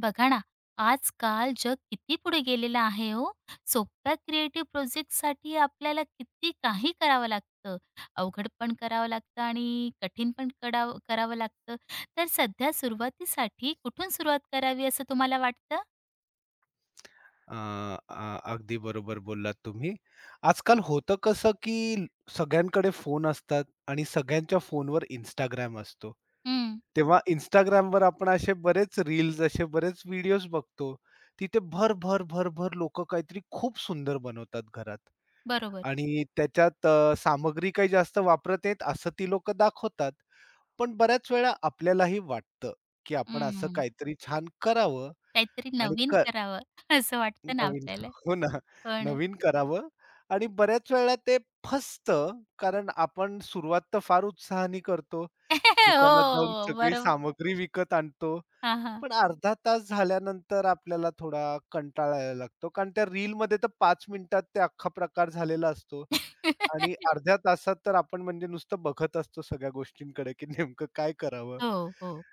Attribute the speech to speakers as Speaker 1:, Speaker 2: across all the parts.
Speaker 1: बघा ना, आजकाल जग किती पुढे गेलेलं आहे हो. सोप्या क्रिएटिव्ह प्रोजेक्टसाठी आपल्याला किती काही करावं लागतं. अवघड पण करावं लागतं आणि कठीण पण करावं करावं लागतं. तर सध्या सुरुवातीसाठी कुठून सुरुवात करावी असं तुम्हाला वाटतं?
Speaker 2: अ, अ, अगदी बरोबर बोललात तुम्ही. आजकाल होतं कसं, की सगळ्यांकडे फोन असतात आणि सगळ्यांच्या फोनवर Instagram असतो.
Speaker 1: हं,
Speaker 2: तेव्हा Instagramवर आपण असे बरेच रील्स, असे बरेच व्हिडिओज बघतो. तिथे भर लोकं काहीतरी खूप सुंदर बनवतात घरात
Speaker 1: बरोबर.
Speaker 2: आणि त्याच्यात सामग्री काही जास्त वापरत आहेत असं ती लोकं दाखवतात. पण बऱ्याच वेळा आपल्यालाही वाटतं, की आपण असं
Speaker 1: हं,
Speaker 2: काहीतरी छान करावं
Speaker 1: काहीतरी
Speaker 2: आणि
Speaker 1: नवीन करावं असं वाटतं ना
Speaker 2: नवीन
Speaker 1: आपल्याला.
Speaker 2: हो ना.
Speaker 1: हो ना.
Speaker 2: नवीन करावं आणि बऱ्याच वेळेला ते फसतं, कारण आपण सुरुवात तर फार उत्साहाने करतो. दुकानात जाऊन
Speaker 1: हो,
Speaker 2: सगळी
Speaker 1: बरोबर.
Speaker 2: सामग्री विकत आणतो.
Speaker 1: हां, हां.
Speaker 2: पण अर्धा तास झाल्यानंतर आपल्याला थोडा कंटाळा यायला लागतो. कारण त्या रीलमध्ये तर 5 मिनिटात ते अख्खा प्रकार झालेला असतो आणि अर्ध्या तासात तर आपण म्हणजे नुसतं बघत असतो सगळ्या गोष्टींकडे, की नेमकं काय करावं?
Speaker 1: हो, हो.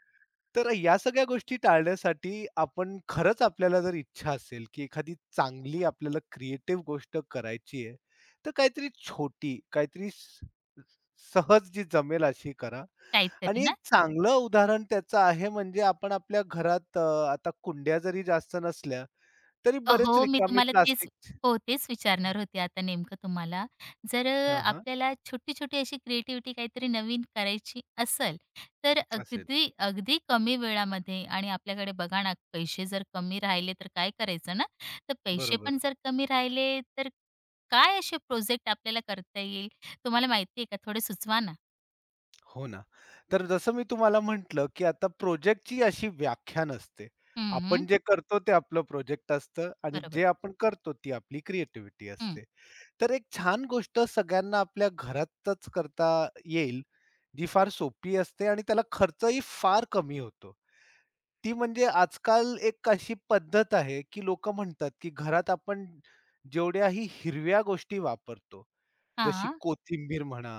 Speaker 2: तर या सगळ्या गोष्टी टाळण्यासाठी आपण खरंच आपल्याला जर इच्छा असेल, की एखादी चांगली आपल्याला क्रिएटिव्ह गोष्ट करायची आहे, तर काहीतरी छोटी, काहीतरी स सहज जी जमेल अशी करा आणि
Speaker 1: काहीतरी
Speaker 2: एक
Speaker 1: ना.
Speaker 2: चांगलं उदाहरण त्याचं आहे म्हणजे आपण आपल्या घरात आता कुंड्या जरी जास्त नसल्या, तरी बरेच
Speaker 1: हो, मी
Speaker 2: रिकामी
Speaker 1: तुम्हाला तेच
Speaker 2: प्लास्टिकची
Speaker 1: हो, तेच विचारणार होते आता नेमकं तुम्हाला. जर
Speaker 2: हां, हां.
Speaker 1: आपल्याला छोटी-छोटी अशी क्रिएटिव्हिटी काहीतरी नवीन करायची असेल, तर
Speaker 2: असेल.
Speaker 1: अगदी अगदी कमी वेळामध्ये आणि आपल्याकडे बघा ना, पैसे जर कमी राहिले तर काय करायचं ना? तर पैसे पण
Speaker 2: बरोबर.
Speaker 1: जर कमी राहिले, तर काय असे प्रोजेक्ट आपल्याला करता येईल? तुम्हाला माहिती आहे का? थोडे सुचवा ना?
Speaker 2: हो ना. तर जसं मी तुम्हाला म्हटलं, की आता प्रोजेक्टची अशी व्याख्या नसते.
Speaker 1: हं,
Speaker 2: आपण
Speaker 1: हं.
Speaker 2: जे करतो ते आपलं प्रोजेक्ट असतं आणि
Speaker 1: बरोबर.
Speaker 2: जे आपण करतो ती आपली क्रिएटिव्हिटी
Speaker 1: हं.
Speaker 2: असते. तर एक छान गोष्ट सगळ्यांना आपल्या घरातच करता येईल, जी फार सोपी असते आणि त्याला खर्चही फार कमी होतो. ती म्हणजे आजकाल एक अशी पद्धत आहे, की लोकं म्हणतात, की घरात आपण जेवढ्याही हिरव्या गोष्टी वापरतो जशी
Speaker 1: हां,
Speaker 2: कोथिंबीर म्हणा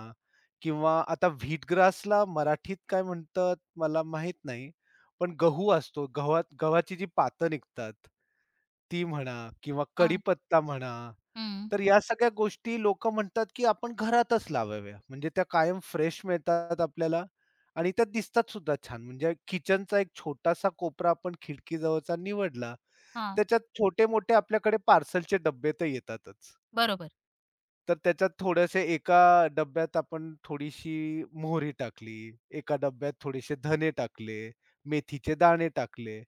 Speaker 2: किंवा आता व्हीटग्रासला मराठीत काय म्हणतात मला माहित नाही. पण गहू असतो. गव्हात गव्हाची जी पातं निघतात, ती म्हणा किंवा
Speaker 1: हां.
Speaker 2: कढीपत्ता म्हणा.
Speaker 1: हं.
Speaker 2: तर या सगळ्या गोष्टी लोकं म्हणतात, की आपण घरातच लावाव्या. म्हणजे त्या कायम फ्रेश मिळतात आपल्याला आणि त्या दिसतात सुद्धा छान. म्हणजे किचनचा एक छोटासा कोपरा आपण खिडकीजवळचा निवडला,
Speaker 1: हां.
Speaker 2: त्याच्यात छोटे-मोठे आपल्याकडे पार्सलचे डब्बे तर येतातच.
Speaker 1: बरोबर,
Speaker 2: तर त्याच्यात थोडेसे एका डब्यात आपण थोडीशी मोहरी टाकली, एका डब्यात थोडेसे धने टाकले, मेथीचे दाणे टाकले.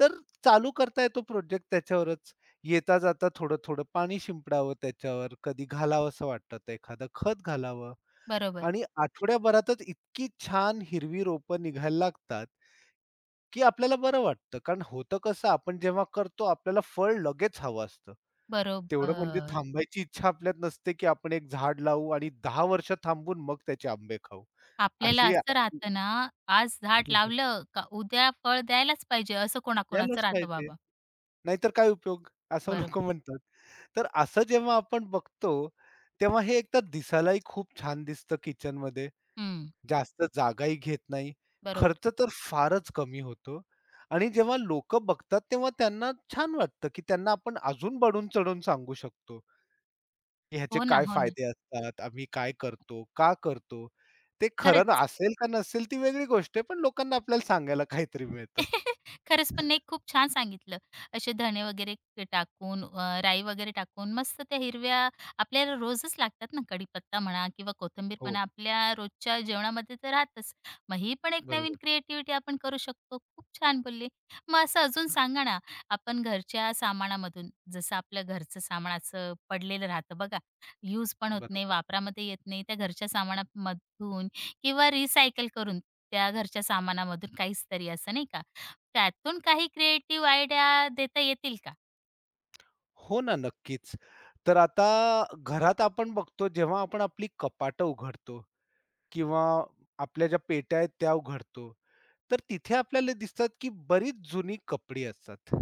Speaker 2: तर चालू करता येतो प्रोजेक्ट त्याच्यावरच. येता-जाता थोडं-थोडं पाणी शिंपडावं त्याच्यावर, कधी घालावसं वाटतं तर एखादं खत घालावं
Speaker 1: बरोबर,
Speaker 2: आणि आठवड्याभरातच इतकी छान हिरवी रोपं निघायला लागतात, की आपल्याला बरं वाटतं. कारण होतं कसं आपण जेव्हा करतो आपल्याला फळ लगेच हवं असतं. तेवढं म्हणजे
Speaker 1: बरोबर.
Speaker 2: थांबायची इच्छा आपल्यात नसते, की आपण एक झाड लावू आणि 10 वर्ष थांबून मग त्याचे आंबे खाऊ.
Speaker 1: आपल्याला
Speaker 2: अशी आ-
Speaker 1: असं राहतं ना, आज झाड लावलं का उद्या फळ द्यायलाच पाहिजे, असं कोणाकोणाचं
Speaker 2: द्यायलाच
Speaker 1: राहतं
Speaker 2: पाहिजे.
Speaker 1: बाबा.
Speaker 2: नाहीतर काय उपयोग? असं
Speaker 1: बरोबर.
Speaker 2: लोकं म्हणतात. तर असं जेव्हा आपण बघतो, तेव्हा हे एकतर दिसायलाही खूप छान दिसतं किचनमध्ये.
Speaker 1: हं,
Speaker 2: जास्त जागाही घेत नाही.
Speaker 1: बरोबर.
Speaker 2: खर्च तर फारच कमी होतो आणि जेव्हा लोकं बघतात, तेव्हा त्यांना छान वाटतं, की त्यांना आपण अजून बढून-चढून सांगू शकतो. ह्याचे
Speaker 1: हो ना,
Speaker 2: काय
Speaker 1: हो ना.
Speaker 2: फायदे असतात, आम्ही काय करतो, का करतो? ते खरं ना
Speaker 1: खरंच.
Speaker 2: असेल का नसेल ती वेगळी गोष्ट आहे, पण लोकांना आपल्याला सांगायला काहीतरी मिळतं.
Speaker 1: खरंच पण नाही खूप छान सांगितलं. असे धणे वगैरे टाकून राई वगैरे टाकून मस्त त्या हिरव्या आपल्याला रोजच लागतात ना कढीपत्ता म्हणा किंवा कोथिंबीर
Speaker 2: हो,
Speaker 1: म्हणा आपल्या रोजच्या जेवणामध्ये तर राहतच. मग ही पण एक नवीन
Speaker 2: बरोबर,
Speaker 1: क्रिएटिव्हिटी आपण करू शकतो. खूप छान बोलले. मग असं अजून सांगा ना, आपण घरच्या सामानामधून जसं आपलं घरचं सामान असं पडलेलं राहतं बघा, यूज पण होत नाही,
Speaker 2: बरोबर.
Speaker 1: वापरामध्ये येत नाही. त्या घरच्या सामानामधून किंवा रिसायकल करून त्या घरच्या सामानामधून काहीच तरी असं नाही का, त्यातून काही क्रिएटिव्ह आयडिया देता येतील का?
Speaker 2: हो ना, नक्कीच. तर आता घरात आपण बघतो जेव्हा आपण आपली कपाटं उघडतो किंवा आपल्या ज्या पेट्या आहेत त्या उघडतो, तर तिथे आपल्याला दिसतात की बरीच जुनी कपडी असतात.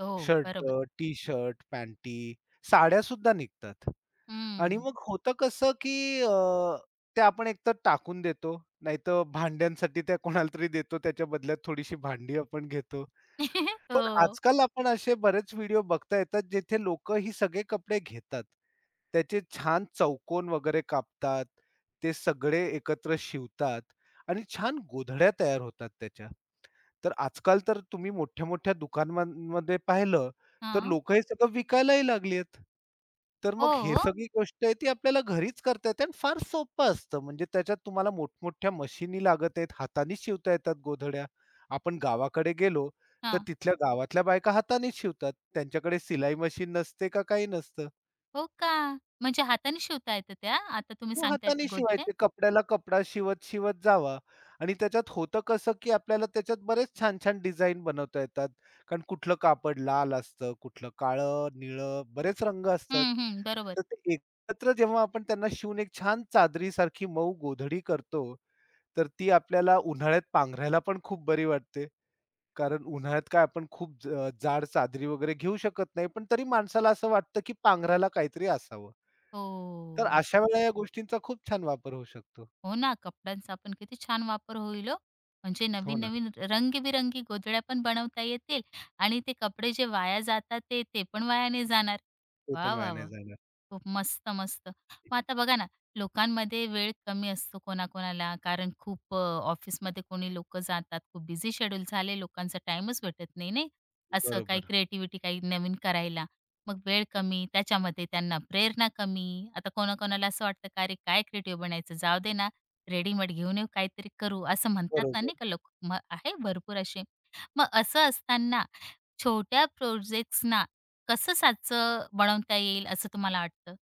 Speaker 1: हो,
Speaker 2: शर्ट,
Speaker 1: बरोबर.
Speaker 2: टी-शर्ट, पॅन्टी, साड्या सुद्धा निघतात.
Speaker 1: हं.
Speaker 2: आणि मग होतं कसं, की त्या आपण एकतर टाकून देतो, नाहीतर भांड्यांसाठी त्या कोणाला तरी देतो. त्याच्या बदल्यात थोडीशी भांडी आपण घेतो. पण
Speaker 1: हो.
Speaker 2: आजकाल आपण असे बरेच व्हिडिओ बघता येतात, जेथे लोकं ही सगळे कपडे घेतात. त्याचे छान चौकोन वगैरे कापतात. ते सगळे एकत्र शिवतात आणि छान गोधड्या तयार होतात त्याच्या. तर आजकाल तर तुम्ही मोठ्या-मोठ्या दुकानांमध्ये पाहिलं, तर
Speaker 1: हां.
Speaker 2: लोकं हे सगळं विकायलाही लागली आहेत. तर मग हे
Speaker 1: हो?
Speaker 2: सगळी गोष्ट आहे ती आपल्याला घरीच करता येते आणि फार सोपं असतं. म्हणजे त्याच्यात तुम्हाला मोठमोठ्या मशिनी लागत आहेत, हातानेच शिवता येतात गोधड्या. आपण गावाकडे गेलो, तर
Speaker 1: हां.
Speaker 2: तिथल्या गावातल्या बायका हातानेच शिवतात. त्यांच्याकडे सिलाई मशीन नसते का काही नसतं.
Speaker 1: हो का? म्हणजे हाताने शिवता येतं त्या? आता तुम्ही
Speaker 2: हो,
Speaker 1: सांगताय
Speaker 2: हाताने
Speaker 1: त्या गोधड्या?
Speaker 2: शिवायचे. कपड्याला कपडा शिवत जावा आणि त्याच्यात होतं कसं, की आपल्याला त्याच्यात बरेच छान-छान डिझाइन बनवता येतात. कारण कुठलं कापड लाल असतं, कुठलं काळं, निळं बरेच रंग असतात.
Speaker 1: हं, हं. बरोबर.
Speaker 2: तर ते एकत्र जेव्हा आपण त्यांना शिवून एक छान चादरीसारखी मऊ गोधडी करतो, तर ती आपल्याला उन्हाळ्यात पांघरायला पण खूप बरी वाटते. कारण उन्हाळ्यात काय आपण खूप जाड चादरी वगैरे घेऊ शकत नाही. पण तरी माणसाला असं वाटतं, की पांघरायला काहीतरी असावं. तर
Speaker 1: हो.
Speaker 2: अशा वेळेला या गोष्टींचा खूप छान वापर होऊ शकतो.
Speaker 1: हो ना, कपड्यांचा पण किती छान वापर होईल हो. म्हणजे
Speaker 2: हो ना,
Speaker 1: नवीन-नवीन रंगीबिरंगी गोधड्या पण बनवता येतील आणि ते कपडे जे वाया जातात ते पण वाया नाही जाणार.
Speaker 2: ते पण
Speaker 1: वाह,
Speaker 2: वाया
Speaker 1: वाह,
Speaker 2: नाही
Speaker 1: वाह!
Speaker 2: जाणार.
Speaker 1: खूप मस्त, मस्त. मग आता बघा ना, लोकांमध्ये वेळ कमी असतो कोणाकोणाला, कारण खूप ऑफिसमध्ये कोणी लोकं जातात, खूप बिझी शेड्यूल झाले, लोकांचा टाईमच भेटत नाही, नाही? असं काही
Speaker 2: बरोबर.
Speaker 1: क्रिएटिव्हिटी काही नवीन करायला. मग वेळ कमी, त्याच्यामध्ये त्यांना प्रेरणा कमी. आता कोणाकोणाला असं वाटतं, "का रे, काय क्रिएटिव्ह बनायचं? जाऊ दे ना, रेडीमेड घेऊन येऊ, काहीतरी करू." असं म्हणतात ना,
Speaker 2: बरोबर.
Speaker 1: नाही का लोक मग आहे भरपूर असे. मग असं असताना छोट्या प्रोजेक्ट्सना कसं साचं बनवता येईल असं तुम्हाला वाटतं?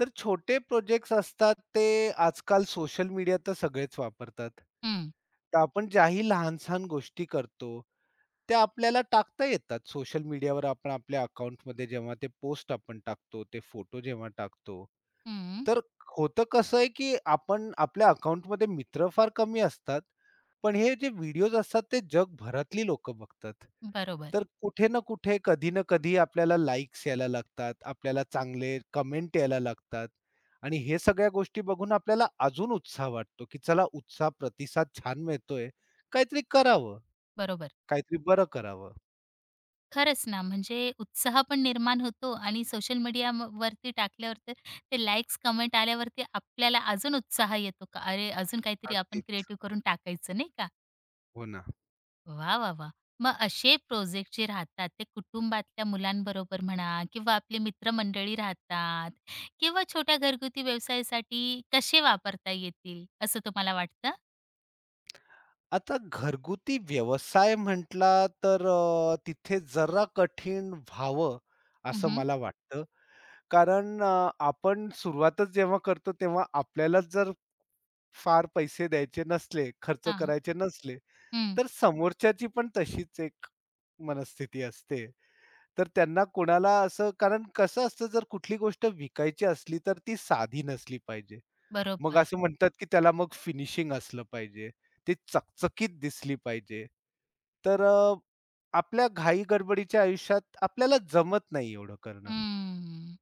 Speaker 2: तर छोटे प्रोजेक्ट्स असतात ते आजकाल सोशल मीडिया तर सगळेच वापरतात.
Speaker 1: हं,
Speaker 2: तर आपण ज्याही लहान-सहान गोष्टी करतो, त्या आपल्याला टाकता येतात. सोशल मीडियावर आपण आपल्या अकाउंटमध्ये जेव्हा ते पोस्ट आपण टाकतो, ते फोटो जेव्हा टाकतो.
Speaker 1: हं.
Speaker 2: तर होतं कसं आहे, की आपण आपल्या अकाउंटमध्ये मित्र फार कमी असतात. पण हे जे व्हिडिओज असतात ते जगभरातली लोकं बघतात.
Speaker 1: बरोबर,
Speaker 2: तर कुठे ना कुठे, कधी ना कधी आपल्याला लाइक्स यायला लागतात, आपल्याला चांगले कमेंट यायला लागतात आणि हे सगळ्या गोष्टी बघून आपल्याला अजून उत्साह वाटतो, की चला उत्साह प्रतिसाद छान मिळतोय. काहीतरी करावं,
Speaker 1: बरोबर.
Speaker 2: काहीतरी बरं करावं.
Speaker 1: खरंच ना, म्हणजे उत्साह पण निर्माण होतो आणि सोशल मीडियावरती टाकल्यावर तर ते लाइक्स, कमेंट आल्यावरती आपल्याला अजून उत्साह येतो का अरे, अजून काहीतरी
Speaker 2: अगदी.
Speaker 1: आपण क्रिएटिव्ह करून टाकायचं, नाही का?
Speaker 2: हो ना.
Speaker 1: वा, वा, वा, मग असे प्रोजेक्ट जे राहतात, ते कुटुंबातल्या मुलांबरोबर म्हणा किंवा आपली मित्रमंडळी राहतात किंवा छोट्या घरगुती व्यवसायासाठी कसे वापरता येतील, असं तुम्हाला वाटतं?
Speaker 2: आता घरगुती व्यवसाय म्हटला तर तिथे जरा कठीण व्हावं
Speaker 1: हं,
Speaker 2: असं
Speaker 1: हं.
Speaker 2: मला वाटतं. कारण आपण सुरुवातच जेव्हा करतो तेव्हा आपल्यालाच जर फार पैसे द्यायचे नसले, खर्च करायचे नसले,
Speaker 1: हं.
Speaker 2: तर समोरच्याची पण तशीच एक मनस्थिती असते. तर त्यांना कोणाला असं कारण कसं असतं जर कुठली गोष्ट विकायची असली तर ती साधी नसली पाहिजे. मग
Speaker 1: बरोबर.
Speaker 2: असं म्हणतात, की त्याला मग फिनिशिंग असलं पाहिजे. ती चकचकीत दिसली पाहिजे. तर अ, आपल्या घाई-गडबडीच्या आयुष्यात आपल्याला जमत नाही एवढं करणं.
Speaker 1: हं.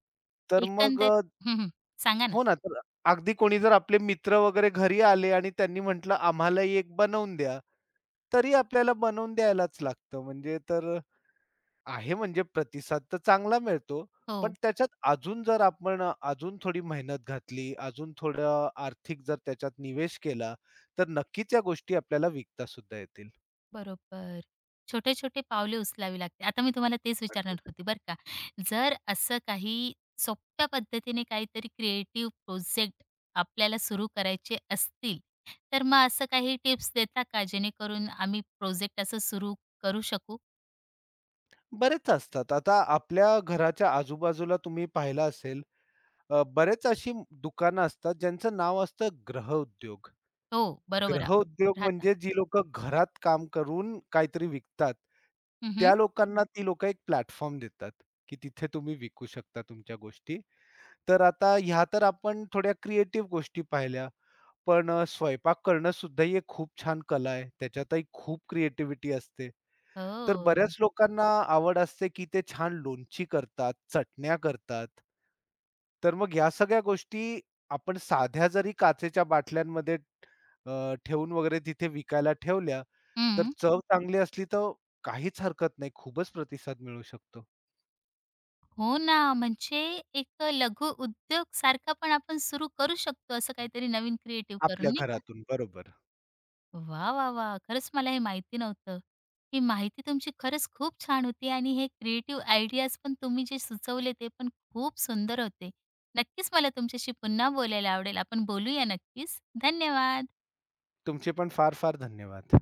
Speaker 2: तर मग
Speaker 1: एकंदर
Speaker 2: अ,
Speaker 1: हं, हं. सांगा ना.
Speaker 2: हो ना, तर अगदी कोणी जर आपले मित्र वगैरे घरी आले आणि त्यांनी म्हटलं, "आम्हालाही एक बनवून द्या." तरी आपल्याला बनवून द्यायलाच लागतं. म्हणजे तर आहे म्हणजे प्रतिसाद तर चांगला मिळतो. पण
Speaker 1: हो,
Speaker 2: त्याच्यात अजून जर आपण अजून थोडी मेहनत घातली, अजून थोडं आर्थिक जर त्याच्यात निवेश केला, तर नक्कीच या गोष्टी आपल्याला विकता सुद्धा येतील.
Speaker 1: बरोबर. छोटे-छोटे पावले उचलावी लागते. आता मी तुम्हाला तेच विचारणार
Speaker 2: अगदी.
Speaker 1: होती बरं का. जर असं काही सोप्या पद्धतीने काहीतरी क्रिएटिव्ह प्रोजेक्ट आपल्याला सुरू करायचे असतील, तर मग असं काही टिप्स देता का जेणेकरून आम्ही प्रोजेक्ट असं सुरू करू शकू?
Speaker 2: बरेच असतात. आता आपल्या घराच्या आजूबाजूला तुम्ही पाहिलं असेल, बरेच अशी दुकानं असतात ज्यांचं नाव असतं गृहउद्योग.
Speaker 1: हो, बरोबर.
Speaker 2: ग्रह उद्योग
Speaker 1: राहता.
Speaker 2: म्हणजे जी लोकं घरात काम करून काहीतरी विकतात,
Speaker 1: हं, हं.
Speaker 2: त्या लोकांना ती लोकं एक प्लॅटफॉर्म देतात, की तिथे तुम्ही विकू शकता तुमच्या गोष्टी. तर आता ह्या तर आपण थोड्या क्रिएटिव्ह गोष्टी पाहिल्या. पण स्वयंपाक करणं सुद्धा ही एक खूप छान कला आहे. त्याच्यातही खूप क्रिएटिव्हिटी असते. तर
Speaker 1: हो.
Speaker 2: बऱ्याच लोकांना आवड असते, की ते छान लोणची करतात, चटण्या करतात. तर मग या सगळ्या गोष्टी आपण साध्या जरी काचेच्या बाटल्यांमध्ये ठेवून वगैरे तिथे विकायला ठेवल्या, तर
Speaker 1: हं.
Speaker 2: चव चांगली असली तर काहीच हरकत नाही. खूपच प्रतिसाद मिळू शकतो
Speaker 1: हो ना, म्हणजे एक लघु उद्योग सारखा पण आपण सुरू करू शकतो, असं काहीतरी नवीन क्रिएटिव्ह करून,
Speaker 2: आपल्या
Speaker 1: नाही का?
Speaker 2: घरातून. बरोबर.
Speaker 1: वा, वा, वाह! खरंच मला हे माहिती नव्हतं. ही माहिती तुमची खरंच खूप छान होती आणि हे क्रिएटिव्ह आयडियाज पण तुम्ही जे सुचवले ते पण खूप सुंदर होते. नक्कीच मला तुमच्याशी पुन्हा बोलायला आवडेल. आपण बोलूया नक्कीच. धन्यवाद.
Speaker 2: तुमचे पण फार-फार धन्यवाद.